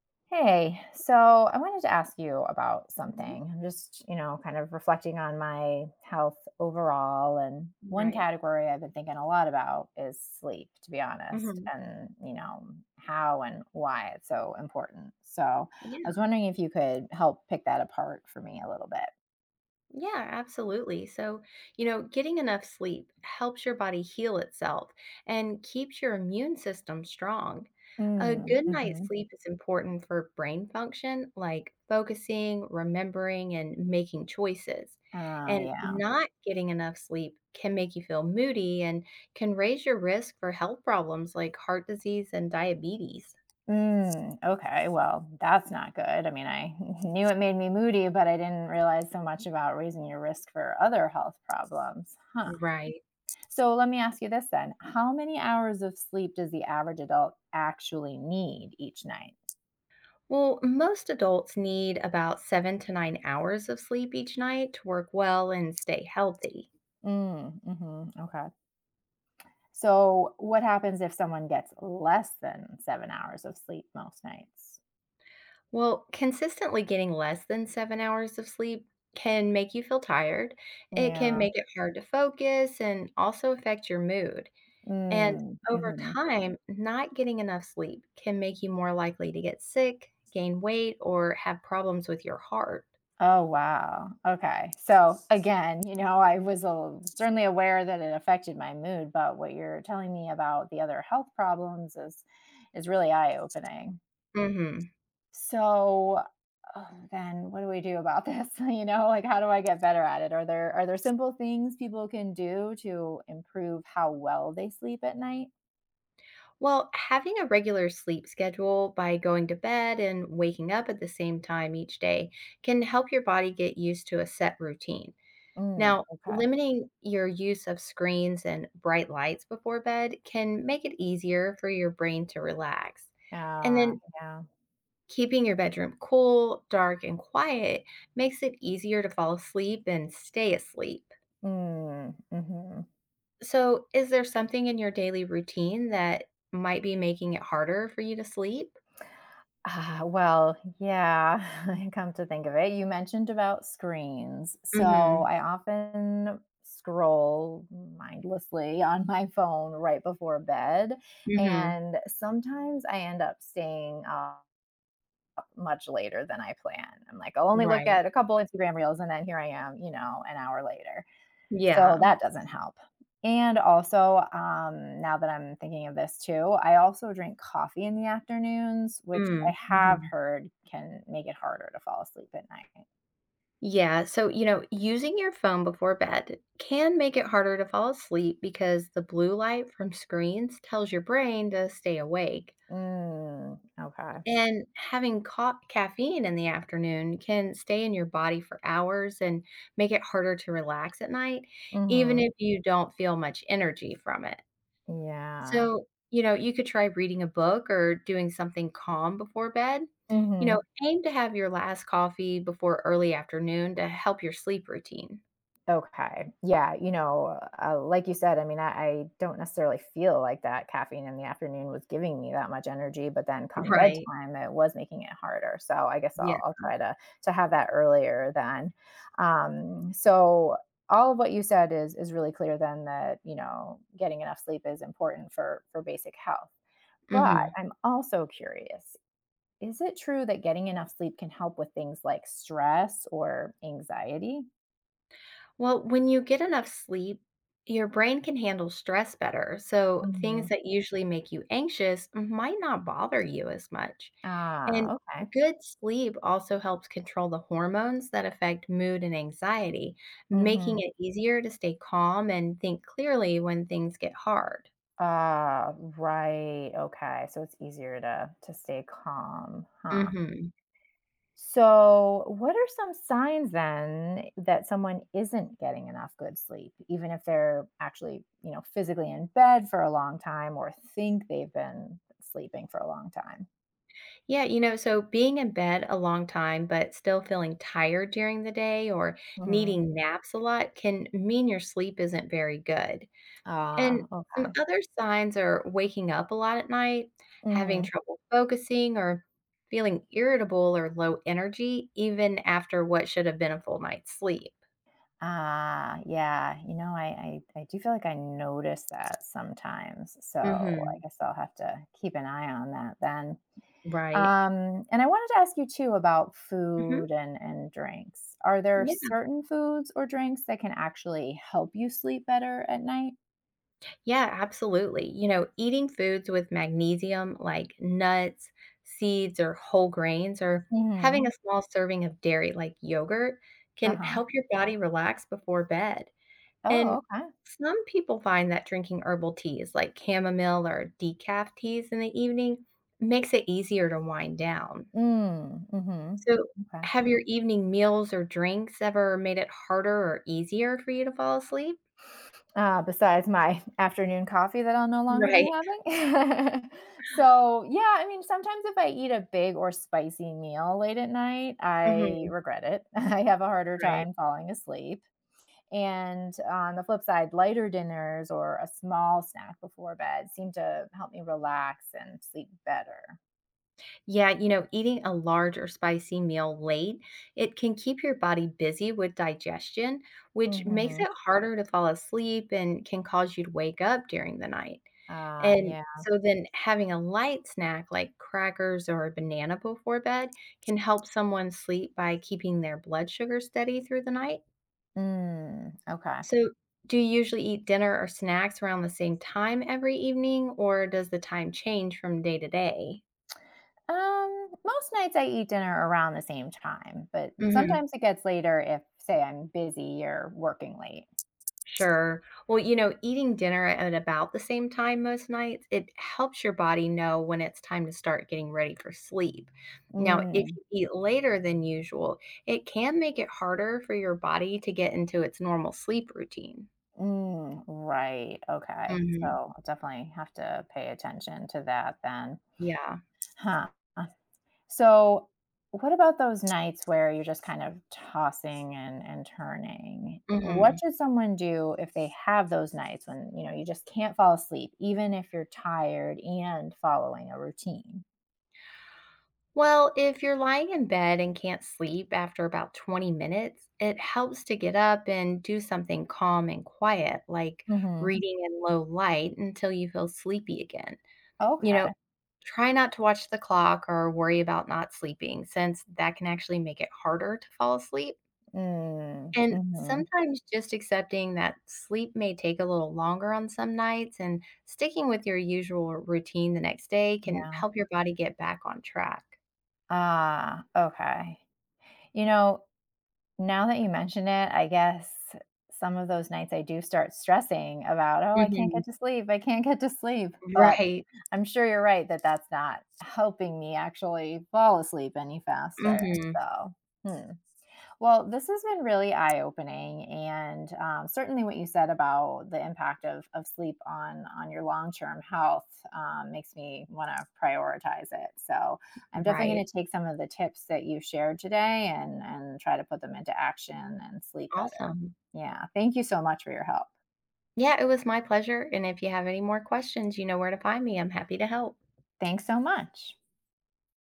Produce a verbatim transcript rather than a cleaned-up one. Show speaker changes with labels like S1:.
S1: Hey, so I wanted to ask you about
S2: Mhm.
S1: something. I'm just, you know, kind of reflecting on my health overall. And one
S2: Right.
S1: category I've been thinking a lot about is sleep, to be honest,
S2: Mhm.
S1: and, you know, how and why it's so important. So I was
S2: Yeah.
S1: wondering if you could help pick that apart for me a little bit.
S2: Yeah, absolutely. So, you know, getting enough sleep helps your body heal itself and keeps your immune system strong. A
S1: Mm,
S2: good Mhm. night's
S1: mm-hmm.
S2: sleep is important for brain function, like focusing, remembering, and making choices.
S1: Uh,
S2: And
S1: yeah.
S2: not getting enough sleep can make you feel moody and can raise your risk for health problems like heart disease and diabetes.
S1: Mm, okay. Well, that's not good. I mean, I knew it made me moody, but I didn't realize so much about raising your risk for other health problems. Huh.
S2: Right.
S1: So let me ask you this then. How many hours of sleep does the average adult actually need each night?
S2: Well, most adults need about seven to nine hours of sleep each night to work well and stay healthy.
S1: Mm, mm-hmm, okay. So what happens if someone gets less than seven hours of sleep most nights?
S2: Well, consistently getting less than seven hours of sleep can make you feel tired. It can
S1: Yeah.
S2: make it hard to focus and also affect your mood. And
S1: Mm,
S2: over
S1: mm-hmm.
S2: time, not getting enough sleep can make you more likely to get sick, gain weight, or have problems with your heart.
S1: Oh, wow. Okay. So again, you know, I was a certainly aware that it affected my mood, but what you're telling me about the other health problems is is really eye-opening.
S2: Mhm.
S1: So oh, then what do we do about this? You know, like how do I get better at it? Are there are there simple things people can do to improve how well they sleep at night?
S2: Well, having a regular sleep schedule by going to bed and waking up at the same time each day can help your body get used to a set routine.
S1: Mm,
S2: Now,
S1: okay.
S2: limiting your use of screens and bright lights before bed can make it easier for your brain to relax. And
S1: Yeah,
S2: then
S1: yeah.
S2: keeping your bedroom cool, dark, and quiet makes it easier to fall asleep and stay asleep.
S1: Mm, mhm.
S2: So, is there something in your daily routine that might be making it harder for you to sleep?
S1: Ah, well, yeah, come to think of it, you mentioned about screens. So
S2: Mhm.
S1: I often scroll mindlessly on my phone right before bed.
S2: Mhm.
S1: And sometimes I end up staying up much later than I plan. I'm like, I'll only look
S2: Right.
S1: at a couple Instagram reels, and then here I am, you know, an hour later. So
S2: Yeah.
S1: that doesn't help. And also, um, now that I'm thinking of this too, I also drink coffee in the afternoons, which I
S2: Mm,
S1: have
S2: mhm.
S1: heard can make it harder to fall asleep at night.
S2: Yeah, so, you know, using your phone before bed can make it harder to fall asleep because the blue light from screens tells your brain to stay awake.
S1: Mm, okay.
S2: And having ca caffeine in the afternoon can stay in your body for hours and make it harder to relax at night, even
S1: Mhm.
S2: if you don't feel much energy from it.
S1: Yeah.
S2: So, you know, you could try reading a book or doing something calm before bed. You know,
S1: Mhm.
S2: aim to have your last coffee before early afternoon to help your sleep routine.
S1: Okay. Yeah. You know, uh, like you said, I mean, I, I don't necessarily feel like that caffeine in the afternoon was giving me that much energy, but then come
S2: Right.
S1: bedtime, it was making it harder. So I guess
S2: Yeah.
S1: I'll, I'll try to to have that earlier then. Um, so all of what you said is is really clear then that you know getting enough sleep is important for for basic health. But
S2: Mhm.
S1: I'm also curious: is it true that getting enough sleep can help with things like stress or anxiety?
S2: Well, when you get enough sleep, your brain can handle stress better. So things
S1: Mhm.
S2: that usually make you anxious might not bother you as much. And
S1: Ah, okay.
S2: good sleep also helps control the hormones that affect mood and anxiety, making
S1: Mhm.
S2: it easier to stay calm and think clearly when things get hard.
S1: Ah, right. Okay. So it's easier to to stay calm, huh?
S2: Hmm.
S1: So, what are some signs then that someone isn't getting enough good sleep, even if they're actually, you know, physically in bed for a long time or think they've been sleeping for a long time?
S2: Yeah, you know, so being in bed a long time but still feeling tired during the day or
S1: Mhm.
S2: needing naps a lot can mean your sleep isn't very good. And
S1: Ah,
S2: some
S1: okay.
S2: other signs are waking up a lot at night, having
S1: Mhm.
S2: trouble focusing, or feeling irritable or low energy, even after what should have been a full night's sleep.
S1: Ah, yeah. You know, I, I I do feel like I notice that sometimes. So I
S2: Mhm.
S1: guess I'll have to keep an eye on that then.
S2: Right.
S1: Um, and I wanted to ask you too about
S2: Mhm.
S1: food and and drinks. Are there
S2: Yeah.
S1: certain foods or drinks that can actually help you sleep better at night?
S2: Yeah, absolutely. You know, eating foods with magnesium like nuts, seeds, or whole grains, or having
S1: Mm-hmm.
S2: a small serving of dairy like yogurt can
S1: Uh-huh.
S2: help your body relax before bed.
S1: Oh,
S2: And
S1: okay.
S2: some people find that drinking herbal teas like chamomile or decaf teas in the evening makes it easier to wind down.
S1: Mm, mm-hmm.
S2: So,
S1: Okay.
S2: have your evening meals or drinks ever made it harder or easier for you to fall asleep?
S1: Uh, besides my afternoon coffee that I'll no longer be
S2: Right.
S1: having. So, yeah, I mean, sometimes if I eat a big or spicy meal late at night, I
S2: Hmm.
S1: regret it. I have a harder
S2: Right.
S1: time falling asleep. And on the flip side, lighter dinners or a small snack before bed seem to help me relax and sleep better.
S2: Yeah, you know, eating a large or spicy meal late, it can keep your body busy with digestion, which makes
S1: Mhm.
S2: it harder to fall asleep and can cause you to wake up during the night.
S1: Ah,
S2: And
S1: yeah.
S2: so then having a light snack like crackers or a banana before bed can help someone sleep by keeping their blood sugar steady through the night.
S1: Mm, okay.
S2: So, do you usually eat dinner or snacks around the same time every evening, or does the time change from day to day?
S1: Um, most nights I eat dinner around the same time, but sometimes it gets later if, say, I'm busy or working late.
S2: Sure. Well, you know, eating dinner at about the same time most nights, it helps your body know when it's time to start getting ready for sleep. Now, if
S1: Mm,
S2: you eat later than usual, it can make it harder for your body to get into its normal sleep routine.
S1: mm, right. Okay. So
S2: Mhm.
S1: I'll definitely have to pay attention to that then.
S2: Yeah.
S1: Huh. So what about those nights where you're just kind of tossing and, and turning? What
S2: Mhm.
S1: should someone do if they have those nights when, you know, you just can't fall asleep, even if you're tired and following a routine?
S2: Well, if you're lying in bed and can't sleep after about twenty minutes, it helps to get up and do something calm and quiet, like
S1: Mm-hmm.
S2: reading in low light until you feel sleepy again. You know,
S1: Okay.
S2: try not to watch the clock or worry about not sleeping, since that can actually make it harder to fall asleep.
S1: Mm,
S2: And
S1: mhm,
S2: sometimes just accepting that sleep may take a little longer on some nights and sticking with your usual routine the next day can
S1: yeah.
S2: help your body get back on track.
S1: Ah, okay. You know, now that you mention it, I guess some of those nights I do start stressing about, "Oh, I can't
S2: Mhm.
S1: get to sleep, I can't get to sleep," but
S2: Right.
S1: I'm sure you're right that that's not helping me actually fall asleep any faster,
S2: Mhm.
S1: so, hmm. Well, this has been really eye opening, and um, certainly what you said about the impact of, of sleep on on your long term health um, makes me want to prioritize it. So I'm definitely
S2: Right.
S1: going to take some of the tips that you shared today and and try to put them into action and sleep better.
S2: Awesome.
S1: Yeah, thank you so much for your help.
S2: Yeah, it was my pleasure. And if you have any more questions, you know where to find me. I'm happy to help.
S1: Thanks so much.